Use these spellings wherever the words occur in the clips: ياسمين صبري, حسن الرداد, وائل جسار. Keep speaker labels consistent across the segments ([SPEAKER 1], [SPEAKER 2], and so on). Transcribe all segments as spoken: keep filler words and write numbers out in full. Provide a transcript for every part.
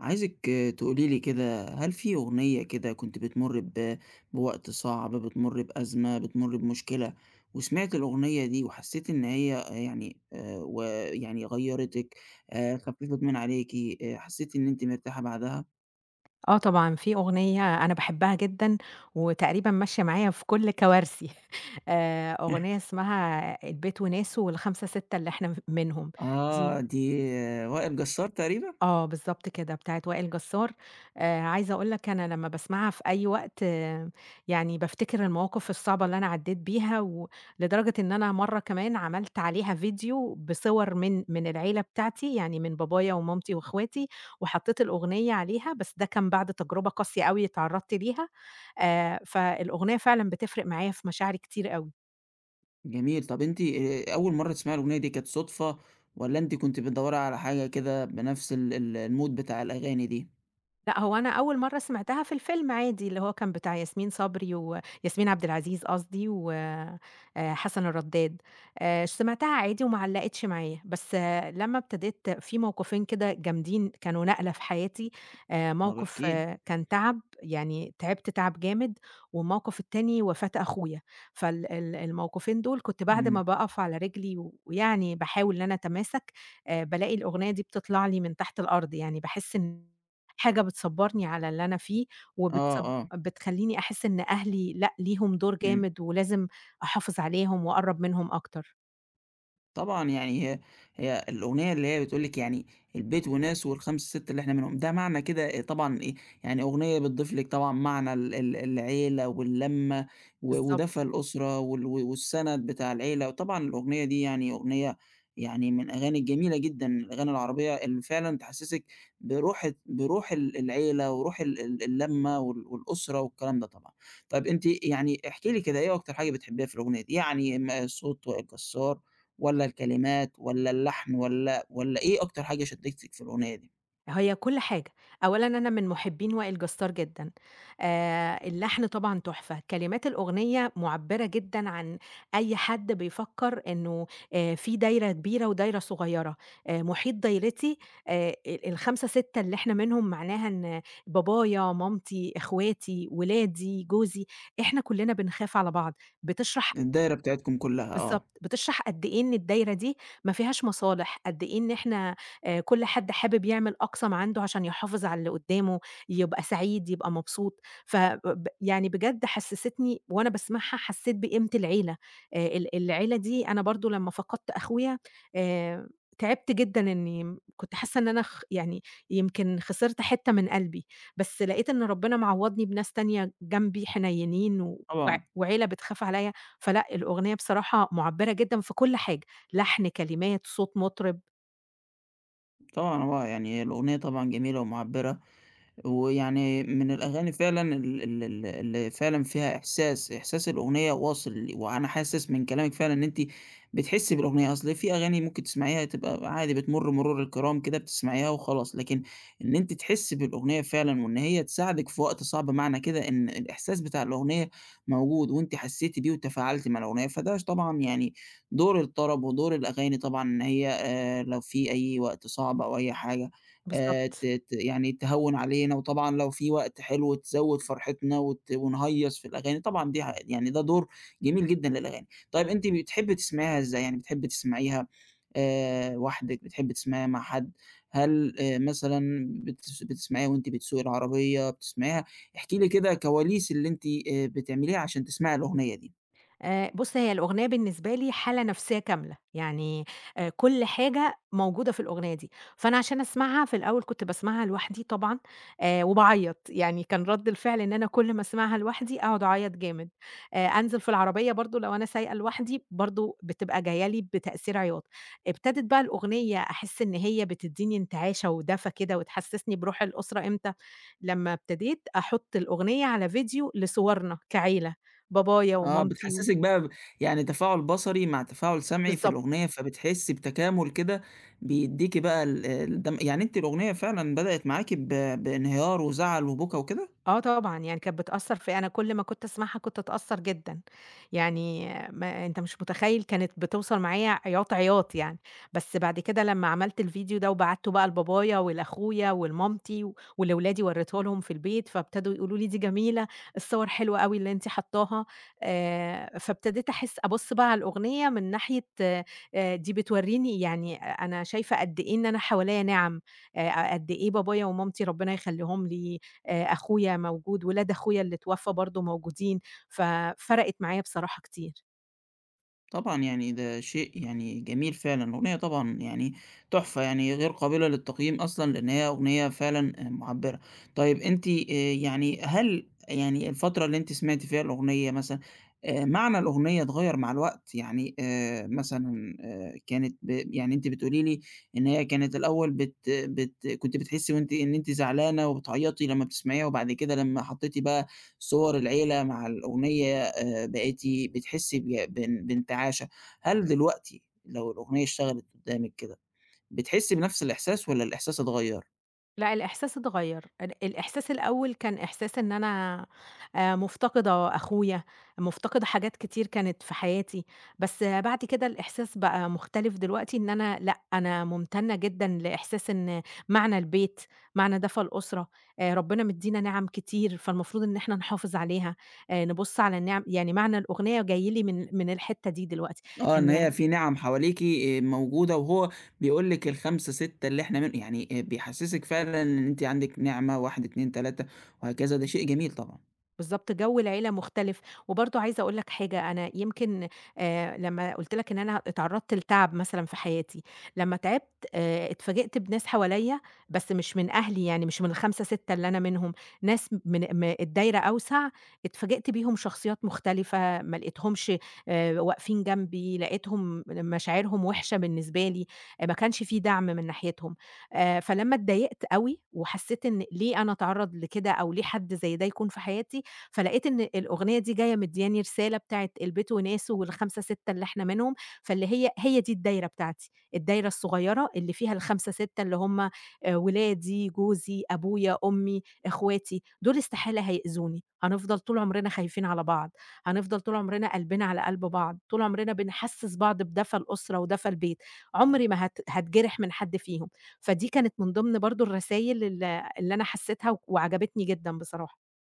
[SPEAKER 1] عايزِك تقولي لي كده، هل في أغنية كده كنتِ بتمُرّي ب بوقت صعب، بتمُرّي بأزمة، بتمُرّي بمشكلة، وسمعتِ الأغنية دي وحسيتِ إن هي آه، يعني آآ ويعني غيّرتِك، آآ خفّفت من عليكِ، آآ حسيتِ إن أنتِ مرتاحة بعدها؟
[SPEAKER 2] آه طبعًا، في أغنية أنا باحبها جدًا، وتقريبًا ماشية معايا في كل كوارثي. آآ، أغنية اسمها البيت وناسه والخمسة، سِتة اللي إحنا ف منهم. دي
[SPEAKER 1] آه، دي آه، وائل جسار تقريبًا؟
[SPEAKER 2] آه، بالضبط كده، بتاعة وائل جسار. آآ، عايزة أقول لك أنا لمّا باسمعها في أي وقت آه يعني بافتكر المواقف الصعبة اللي أنا عدّيت بيها، ولدرجة إن أنا مرّة كمان عملت عليها فيديو بصور من من العيلة بتاعتي، يعني من بابايا ومامتي وأخواتي، وحطّيت الأغنية عليها، بس ده كان بعد تجربة قاسية أوي اتعرّضت ليها. آآ، فالأغنية فعلًا بتفرق معايا في مشاعري كتير أوي.
[SPEAKER 1] جميل، طَب أنتِ آآ أول مرّة تسمعي الأغنية دي كانت صُدفة والّا أنتِ كنتِ بتدوّري على حاجة كده بنفس ال ال الmood بتاع الأغاني دي؟
[SPEAKER 2] لأ، هو أنا أول مرّة سمعتها في الفيلم عادي، اللي هو كان بتاع ياسمين صبري وياسمين عبد العزيز قصدي و آآ، حسن الرداد. آآ، سمعتها عادي وما علّقتش معايا، بس لمّا ابتديت في موقفين كده جامدين كانوا نقلة في حياتي. آآ،
[SPEAKER 1] طَب
[SPEAKER 2] موقف
[SPEAKER 1] احكي لي.
[SPEAKER 2] كان تعب، يعني تعبت تعب جامد، والموقف التاني وفاة أخويا. فال ال الموقفين دول كنت بعد
[SPEAKER 1] إمم.
[SPEAKER 2] ما باقف على رجلي ويعني باحاول إن أنا أتماسك. آآ، بالاقي الأغنية دي بتطلع لي من تحت الأرض، يعني باحس إن حاجة بتصبّرني على اللي أنا فيه،
[SPEAKER 1] آه،
[SPEAKER 2] وبتصب
[SPEAKER 1] آه.
[SPEAKER 2] بتخلّيني أحس إن أهلي لأ، ليهم دور
[SPEAKER 1] إمم.
[SPEAKER 2] جامد ولازم أحافظ عليهم وأقرّب منهم أكتر.
[SPEAKER 1] طبعًا يعني هي هي الأغنية اللي هي بتقول لِك يعني البيت وناسه والخمسة ستة اللي إحنا منهم، ده معنى كده إيه طبعًا إيه، يعني أغنية بتضيف لِك طبعًا معنى ال ال العيلة واللمة و ودفى
[SPEAKER 2] بالضبط.
[SPEAKER 1] الأسرة وال و- والسند بتاع العيلة، وطبعًا الأغنية دي يعني أغنية يعني من الأغاني الجميلة جدًا، الأغاني العربية اللي فعلًا تحسسِك بروح بروح ال العيلة وروح ال ال اللمة وال والأسرة والكلام ده طبعًا. طيب أنتِ يعني احكي لي كده إيه أكتر حاجة بتحبيها في الأغنية دي؟ يعني م الصوت والجزار والّا الكلمات والّا اللحن والّا والّا إيه أكتر حاجة شدّتِك في الأغنية دي؟
[SPEAKER 2] هي كل حاجة، أولًا أنا من مُحبّين وائل جسار جدًا. آآ اللحن طبعًا تحفة، كلمات الأغنية مُعبّرة جدًا عن أي حد بيفكّر إنه آآ في دايرة كبيرة ودايرة صغيّرة، آآ محيط دايرتي آآ ال الخمسة، ستة اللي إحنا منهم معناها إن بابايا، مامتي، إخواتي، ولادي، جوزي، إحنا كُلّنا بنخاف على بعض. بتشرح
[SPEAKER 1] الدايرة بتاعتكم كلّها، آه.
[SPEAKER 2] بالضبط، بتشرح قد إيه إن الدايرة دي ما فيهاش مصالح، قد إيه إن إحنا آآ كل حد حابب يعمل أقصى ما عنده عشان يحافظ على اللي قدّامه، يبقى سعيد، يبقى مبسوط. ف ب يعني بجد حسستني وأنا باسمعها حسيت بقيمة العيلة. آآ ال العيلة دي أنا برضه لمّا فقدت أخويا آآ تعبت جدًا إني م كنت حاسة إن أنا خ يعني يمكن خسرت حتة من قلبي، بس لقيت إن ربنا معوّضني بناس تانية جنبي حنيّنين و وع
[SPEAKER 1] طبعًا،
[SPEAKER 2] وعيلة بتخاف عليَّ. فلأ، الأغنية بصراحة مُعبّرة جدًا في كل حاجة، لحن، كلمات، صوت مطرب.
[SPEAKER 1] طبعًا، هو يعني هي الأغنية طبعًا جميلة ومُعبّرة ويعني من الأغاني فعلًا ال ال ال اللي فعلًا فيها إحساس، إحساس الأغنية واصل، وأنا حاسس من كلامِك فعلًا إن أنتِ بتحسّي بالأغنية، أصل في أغاني ممكن تسمعيها تبقى عادي بتمُر مرور الكرام كده بتسمعيها وخلاص، لكن إن أنتِ تحسّي بالأغنية فعلًا وإن هي تساعدِك في وقت صعب، معنى كده إن الإحساس بتاع الأغنية موجود وأنتِ حسّيتِ بيه وتفاعلتِ مع الأغنية، فده ش طبعًا يعني دور الطرب ودور الأغاني طبعًا إن هي آآ لو في أي وقت صعب أو أي حاجة آآ ت
[SPEAKER 2] بالضبط.
[SPEAKER 1] ت يعني تهوّن علينا، وطبعًا لو في وقت حلو تزوّد فرحتنا وت ونهيّص في الأغاني، طبعًا دي ح يعني ده دور جميل جدًا للأغاني. طيب أنتِ بتحبّي تسمعيها إزاي؟ يعني بتحبّي تسمعيها آآ وحدِك، بتحبّي تسمعيها مع حد؟ هل آآ مثلًا بتس بتسمعيها وأنتِ بتسوقي العربية، بتسمعيها احكي لي كده كواليس اللي أنتِ آآ بتعمليها عشان تسمعي الأغنية دي.
[SPEAKER 2] آآ بُص، هي الأغنية بالنسبة لي حالة نفسية كاملة، يعني آآ كل حاجة موجودة في الأغنية دي، فأنا عشان أسمعها في الأول كنت باسمعها لوحدي طبعًا آآ وباعيّط، يعني كان رَد الفعل إن أنا كل ما أسمعها لوحدي أقعد أعيّط جامد. آآ أنزل في العربية برضه لو أنا سايقة لوحدي برضه بتبقى جاية لي بتأثير عياط، ابتدت بقى الأغنية أحس إن هي بتدّيني انتعاشة ودفى كده وتحسسني بروح الأسرة إمتى، لمّا ابتديت أحط الأغنية على فيديو لصورنا كعيلة، بابايا
[SPEAKER 1] آه،
[SPEAKER 2] ومامتي.
[SPEAKER 1] بتحسّسِك بقى ب يعني تفاعل بصري مع تفاعل سمعي في
[SPEAKER 2] بالضبط.
[SPEAKER 1] الأغنية، إمم. فبتحسّي بتكامل كده بيدّيكِ بقى ال الدم يعني أنتِ الأغنية فعلًا بدأت معاكِ ب بانهيار وزعل وبكا وكده؟
[SPEAKER 2] آه طبعًا، يعني كانت بتأثّر فيّا أنا كل ما كنت أسمعها كنت أتأثّر جدًا، يعني ما أنت مش متخيّل كانت بتوصل معايا عياط، عياط يعني. بس بعد كده لمّا عملت الفيديو ده وبعته بقى لبابايا ولأخويا ولمامتي و ولولادي ورّيته لهم في البيت، فابتدوا يقولوا لي: "دي جميلة، الصور حلوة أوي اللي أنتِ حاطّاها." آآ، فابتديت أحس أبُص بقى على الأغنية من ناحية، آآ، دي بتورّيني يعني أنا شايفة قد إيه إن أنا حواليّا نِعَم. آآ، قد إيه بابايا ومامتي ربنا يخلّيهم لي آآ أخويا موجود، ولاد أخويا اللي اتوفّى برضه موجودين، ففرقِت معايا بصراحة كتير.
[SPEAKER 1] طبعًا يعني ده شيء يعني جميل فعلًا، الأغنية طبعًا يعني تحفة، يعني غير قابلة للتقييم أصلًا لأن هي أغنية فعلًا آآ مُعبّرة. طيب أنتِ آآ يعني هل يعني الفترة اللي أنتِ سمعتِ فيها الأغنية مثلًا آآ معنى الأغنية اتغيّر مع الوقت؟ يعني آآ مثلًا آآ كانت ب يعني أنتِ بتقولي لي إن هي كانت الأول بت بت كنتِ بتحسّي وأنتِ إن أنتِ زعلانة وبتعيّطي لمّا بتسمعيها وبعد كده لمّا حطّيتِ بقى صور العيلة مع الأغنية آآ بقيتِ بتحسّي ب بان بانتعاشة، هل دلوقتي لو الأغنية اشتغلت قدّامِك كده، بتحسّي بنفس الإحساس والّا الإحساس اتغيّر؟
[SPEAKER 2] لأ، الإحساس اتغيّر، ال الإحساس الأول كان إحساس إن أنا آآ مُفتقدة أخويا، مُفتقدة حاجات كتير كانت في حياتي، بس آه، بعد كده الإحساس بقى مختلف دلوقتي إن أنا لأ، أنا مُمتنة جدًا لإحساس إن معنى البيت، معنى دفى الأسرة. آآ ربنا مدّينا نِعَم كتير، فالمفروض إن إحنا نحافظ عليها. آآ نبُص على النِعَم يعني معنى الأغنية جاي لي من من الحتّة دي دلوقتي.
[SPEAKER 1] آه، إن هي
[SPEAKER 2] إن
[SPEAKER 1] في نِعَم حواليكِ آآ موجودة وهو بيقول لِك الخمسة، ستة اللي إحنا من يعني آآ بيحسّسِك فعلًا إن أنتِ عندِك نِعمة، واحد، اتنين، تلاتة وهكذا، ده شيء جميل طبعًا.
[SPEAKER 2] بالضبط، جو العيلة مختلف، وبرضه عايزة أقول لك حاجة، أنا يمكن آآ لمّا قُلت لك إن أنا اتعرّضت لتعب مثلًا في حياتي، لمّا تعبت آآ اتفاجئت بناس حواليّا بس مش من أهلي يعني، مش من ال5، ستة اللي أنا منهم، ناس من م الدايرة أوسع، اتفاجئت بيهم شخصيات مختلفة، ما لقيتهمش آآ واقفين جنبي، لقيتهم مشاعرهم وِحشة بالنسبة لي، آه ما كانش في دعم من ناحيتهم. آآ فلمّا اتضايقت أوي وحسّيت إن ليه أنا أتعرّض لكده أو ليه حد زي ده يكون في حياتي؟ فلقيت إن الأغنية دي جاية مدّياني رسالة بتاعة البيت وناسه والخمسة، ستة اللي إحنا منهم. فاللي هي هي دي الدايرة بتاعتي، الدايرة الصغيّرة اللي فيها الخمسة، ستة اللي هم آآ ولادي، جوزي، أبويا، أمي، إخواتي، دول استحالة هيأذوني، هنفضل طول عمرنا خايفين على بعض، هنفضل طول عمرنا قلبنا على قلب بعض، طول عمرنا بنحسّس بعض بدفى الأسرة ودفى البيت، عمري ما هات هاتجرح من حد فيهم، فدي كانت من ضمن برضه الرسايل ال اللي أنا حسّيتها وعجبتني جدًا بصراحة.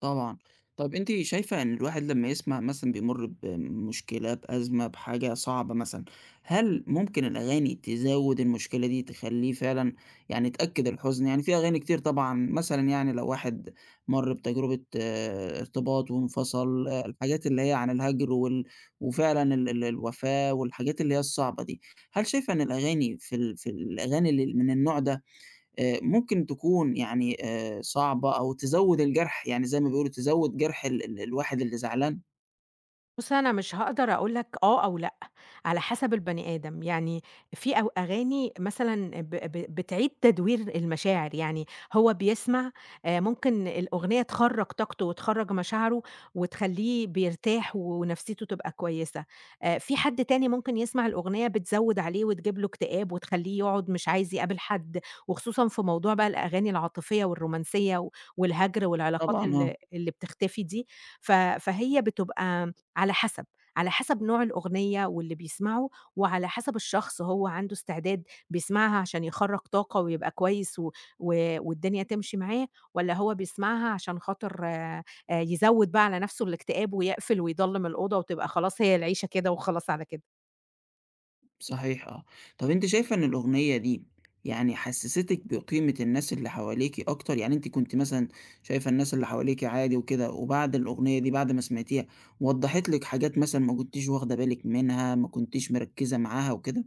[SPEAKER 1] طبعًا. طَب أنتِ شايفة إن الواحد لمّا يسمع مثلًا بيمُر بمشكلة، بأزمة، بحاجة صعبة مثلًا، هل ممكن الأغاني تزوّد المشكلة دي، تخلّيه فعلًا يعني تأكّد الحزن؟ يعني في أغاني كتير طبعًا مثلًا يعني لو واحد مَر بتجربة آه، ارتباط وانفصل، آه، الحاجات اللي هي عن الهَجْر وال وفعلًا ال ال الوفاة والحاجات اللي هي الصعبة دي، هل شايفة إن الأغاني في ال في الأغاني اللي من النوع ده آآ ممكن تكون يعني آآ صعبة أو تزوّد الجرح، يعني زي ما بيقولوا تزوّد جرح ال ال الواحد اللي زعلان.
[SPEAKER 2] بُص، أنا مش هاقدر أقول لك آه أو لأ، على حسب البني آدم، يعني في أو أغاني مثلًا ب ب بتعيد تدوير المشاعر، يعني هو بيسمع آآ ممكن الأغنية تخرّج طاقته وتخرّج مشاعره وتخلّيه بيرتاح ونفسيته تبقى كويسة. آآ في حد تاني ممكن يسمع الأغنية بتزوّد عليه وتجيب له اكتئاب وتخلّيه يقعد مش عايز يقابل حد، وخصوصًا في موضوع بقى الأغاني العاطفية والرومانسية و والهجر والعلاقات
[SPEAKER 1] طبعًا آه،
[SPEAKER 2] ال اللي بتختفي دي. ف فهي بتبقى على حسب. على حسب نوع الأغنية واللي بيسمعه، وعلى حسب الشخص هو عنده استعداد بيسمعها عشان يخرّج طاقة ويبقى كويس و و والدنيا تمشي معاه، والّا هو بيسمعها عشان خاطر آآ يزوّد بقى على نفسه الاكتئاب ويقفل ويضلّم الأوضة وتبقى خلاص هي العيشة كده وخلاص على كده؟
[SPEAKER 1] صحيح آه. طَب أنتِ شايفة إن الأغنية دي يعني حسّستِك بقيمة الناس اللي حواليكِ أكتر؟ يعني أنتِ كنتِ مثلًا شايفة الناس اللي حواليكِ عادي وكده، وبعد الأغنية دي بعد ما سمعتيها وضّحت لِك حاجات مثلًا ما كنتيش واخدة بالِك منها، ما كنتيش مركّزة معاها وكده؟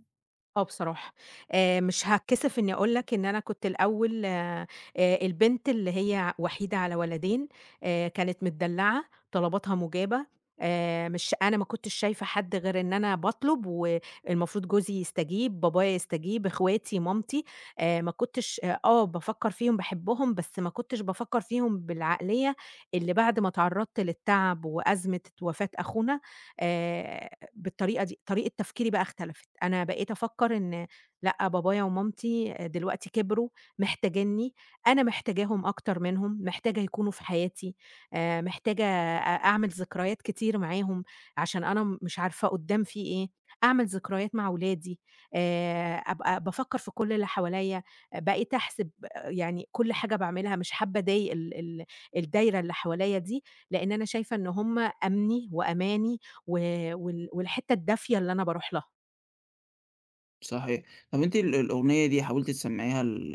[SPEAKER 2] آه بصراحة. آآ مش هاتكسف إنّي أقول لك إن أنا كنت الأول، آآ البنت اللي هي وحيدة على ولدين. آآ كانت متدلّعة، طلباتها مُجابة. آآ مش أنا ما كنتش شايفة حد غير إن أنا باطلب والمفروض جوزي يستجيب، بابايا يستجيب، إخواتي، مامتي. آآ ما كنتش آه بافكّر فيهم، باحبهم، بس ما كنتش بافكّر فيهم بالعقلية اللي بعد ما اتعرّضت للتعب وأزمة وفاة أخونا آآ بالطريقة دي، طريقة تفكيري بقى اختلفت، أنا بقيت أفكّر إن لأ، بابايا ومامتي دلوقتي كبروا، محتاجينّي، أنا محتاجاهم أكتر منهم، محتاجة يكونوا في حياتي. آآ محتاجة أ أعمل ذكريات كتير معاهم، عشان أنا م مش عارفة قدّام في إيه، أعمل ذكريات مع ولادي. آآ أبقى بافكّر في كل اللي حواليّا، بقيت أحسب يعني كل حاجة باعملها، مش حابة أضايق ال ال الدايرة اللي حواليّا دي، لإن أنا شايفة إن هُم أمني وأماني و وال والحتّة الدافية اللي أنا باروح لها.
[SPEAKER 1] صحيح. طَب أنتِ ال الأغنية دي حاولتِ تسمّعيها ل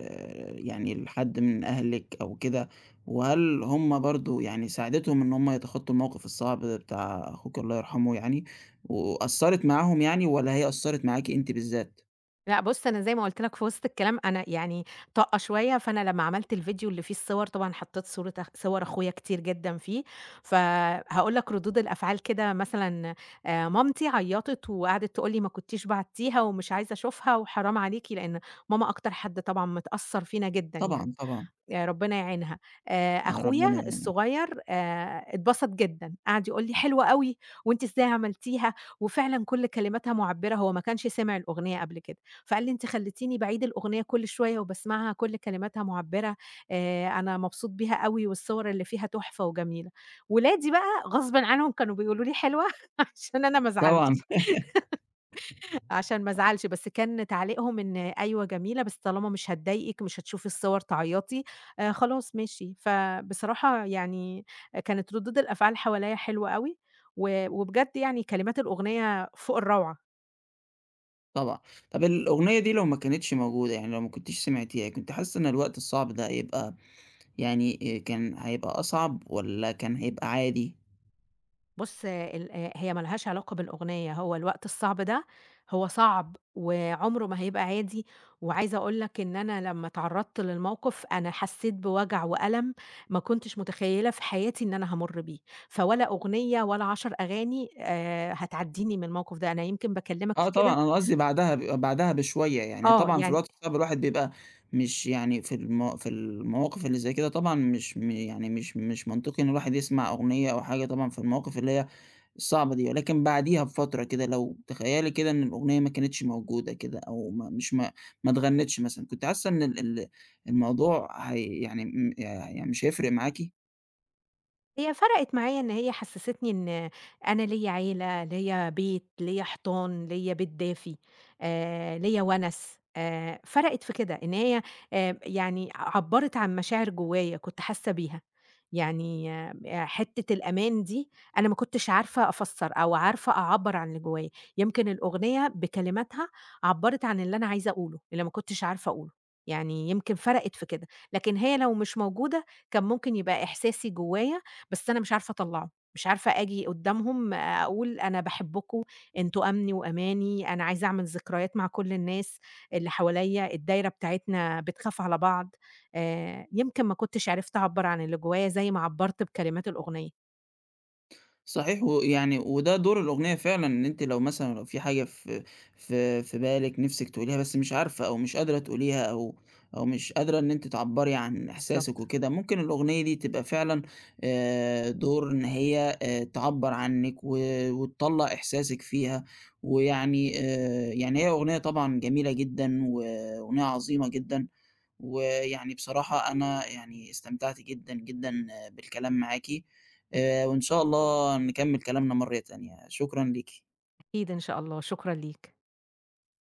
[SPEAKER 1] يعني لحد من أهلِك أو كده، وهل هم برضه يعني ساعدتهم إن هم يتخطّوا الموقف الصعب بتاع أخوكِ الله يرحمه يعني، وأثّرت معاهم يعني والّا هي أثّرت معاكِ أنتِ بالذات؟
[SPEAKER 2] لأ بُص، أنا زي ما قُلت لك في وسط الكلام أنا يعني طاقة شوية، فأنا لمّا عملت الفيديو اللي فيه الصور طبعًا حطّيت صورة أخ صور أخويا كتير جدًا فيه، فهاقول لك ردود الأفعال كده مثلًا آآ مامتي عيّطت وقعدت تقول لي: "ما كنتيش بعتّيها ومش عايزة أشوفها وحرام عليكِ." لإن ماما أكتر حد طبعًا متأثّر فينا جدًا يعني.
[SPEAKER 1] طبعًا، طبعًا،
[SPEAKER 2] يا ربنا يعينها. آآ
[SPEAKER 1] يا
[SPEAKER 2] أخويا
[SPEAKER 1] ربنا
[SPEAKER 2] الصغير آآ اتبسط جدًا، قعد يقول لي: "حلوة أوي، وأنتِ إزاي عملتيها؟" وفعلًا كل كلماتها معبّرة، هو ما كانش سمع الأغنية قبل كده، فقال لي: "أنتِ خلّيتيني باعيد الأغنية كل شوية وباسمعها، كل كلماتها معبّرة. آآ أنا مبسوط بيها أوي والصور اللي فيها تحفة وجميلة." ولادي بقى غصبٍ عنهم كانوا بيقولوا لي حلوة عشان أنا ما
[SPEAKER 1] طبعًا،
[SPEAKER 2] أزعلش. عشان ما ازعلش، بس كان تعليقهم إن أيوه جميلة، بس طالما مش هتضايقِك، مش هتشوفي الصور تعيّطي. آآ خلاص ماشي. فبصراحة يعني كانت ردود الأفعال حواليّا حلوة أوي، و وبجد يعني كلمات الأغنية فوق الروعة.
[SPEAKER 1] طبعًا. طَب الأغنية دي لو ما كانتش موجودة، يعني لو ما كنتيش سمعتيها، كنتِ حاسة إن الوقت الصعب ده هيبقى يعني آآ كان هيبقى أصعب والّا كان هيبقى عادي؟
[SPEAKER 2] بُص ال آآ هي ما لهاش علاقة بالأغنية، هو الوقت الصعب ده هو صعب وعمره ما هيبقى عادي، وعايزة أقول لك إن أنا لمّا اتعرّضت للموقف أنا حسّيت بوجع وألم ما كنتش متخيّلة في حياتي إن أنا هامُر بيه، فولا أغنية ولا عشر أغاني آآ هتعدّيني من الموقف ده، أنا يمكن باكلّمك
[SPEAKER 1] آه
[SPEAKER 2] في
[SPEAKER 1] طبعًا،
[SPEAKER 2] كده
[SPEAKER 1] أنا قصدي بعدها ب بعدها بشوية، يعني
[SPEAKER 2] آه،
[SPEAKER 1] طبعًا في
[SPEAKER 2] يعني
[SPEAKER 1] الوقت الصعب الواحد بيبقى مش يعني في الم في المواقف اللي زي كده طبعًا مش م يعني مش مش منطقي إن الواحد يسمع أغنية أو حاجة طبعًا في المواقف اللي هي الصعبة دي، ولكن بعديها بفترة كده لو تخيّلي كده إن الأغنية ما كانتش موجودة كده أو ما مش ما ما اتغنِّتش مثلًا، كنتِ حاسة إن ال ال الموضوع هي يعني م يعني مش هيفرق معاكِ؟
[SPEAKER 2] هي فرقِت معايا إن هي حسّستني إن أنا ليّا عيلة، ليّا بيت، ليّا حيطان، ليّا بيت دافي. آآ ليّا وَنَس. آآ فرقِت في كده، إن هي آآ يعني عبّرت عن مشاعر جوّايا كنت حاسّة بيها. يعني آآ حتّة الأمان دي أنا ما كنتش عارفة أفسّر أو عارفة أعبّر عن اللي جوّايا، يمكن الأغنية بكلماتها عبّرت عن اللي أنا عايزة أقوله، اللي ما كنتش عارفة أقوله، يعني يمكن فرقِت في كده، لكن هي لو مش موجودة كان ممكن يبقى إحساسي جوّايا بس أنا مش عارفة أطلّعه، مش عارفة آجي قدّامهم أقول أنا باحبكم، أنتم أمني وأماني، أنا عايزة أعمل ذكريات مع كل الناس اللي حواليّا، الدايرة بتاعتنا بتخاف على بعض. آآ، يمكن ما كنتش عرفت أعبّر عن اللي جوايا زي ما عبّرت بكلمات الأغنية.
[SPEAKER 1] صحيح ويعني وده دور الأغنية فعلًا، إن أنتِ لو مثلًا لو في حاجة في في في بالِك نِفْسِك تقوليها بس مش عارفة أو مش قادرة تقوليها أو أو مش قادرة إن أنتِ تعبّري عن إحساسِك
[SPEAKER 2] بالضبط.
[SPEAKER 1] وكده، ممكن الأغنية دي تبقى فعلًا آآ دور إن هي آآ تعبّر عنِّك و وتطلّع إحساسِك فيها، ويعني آآ يعني هي أغنية طبعًا جميلة جدًا وأغنية عظيمة جدًا. ويعني بصراحة أنا يعني استمتعت جدًا، جدًا بالكلام معاكِ، آآ وإن شاء الله نكمّل كلامنا مرّة تانية، شكرًا ليكِ.
[SPEAKER 2] أكيد إن شاء الله، شكرًا ليك.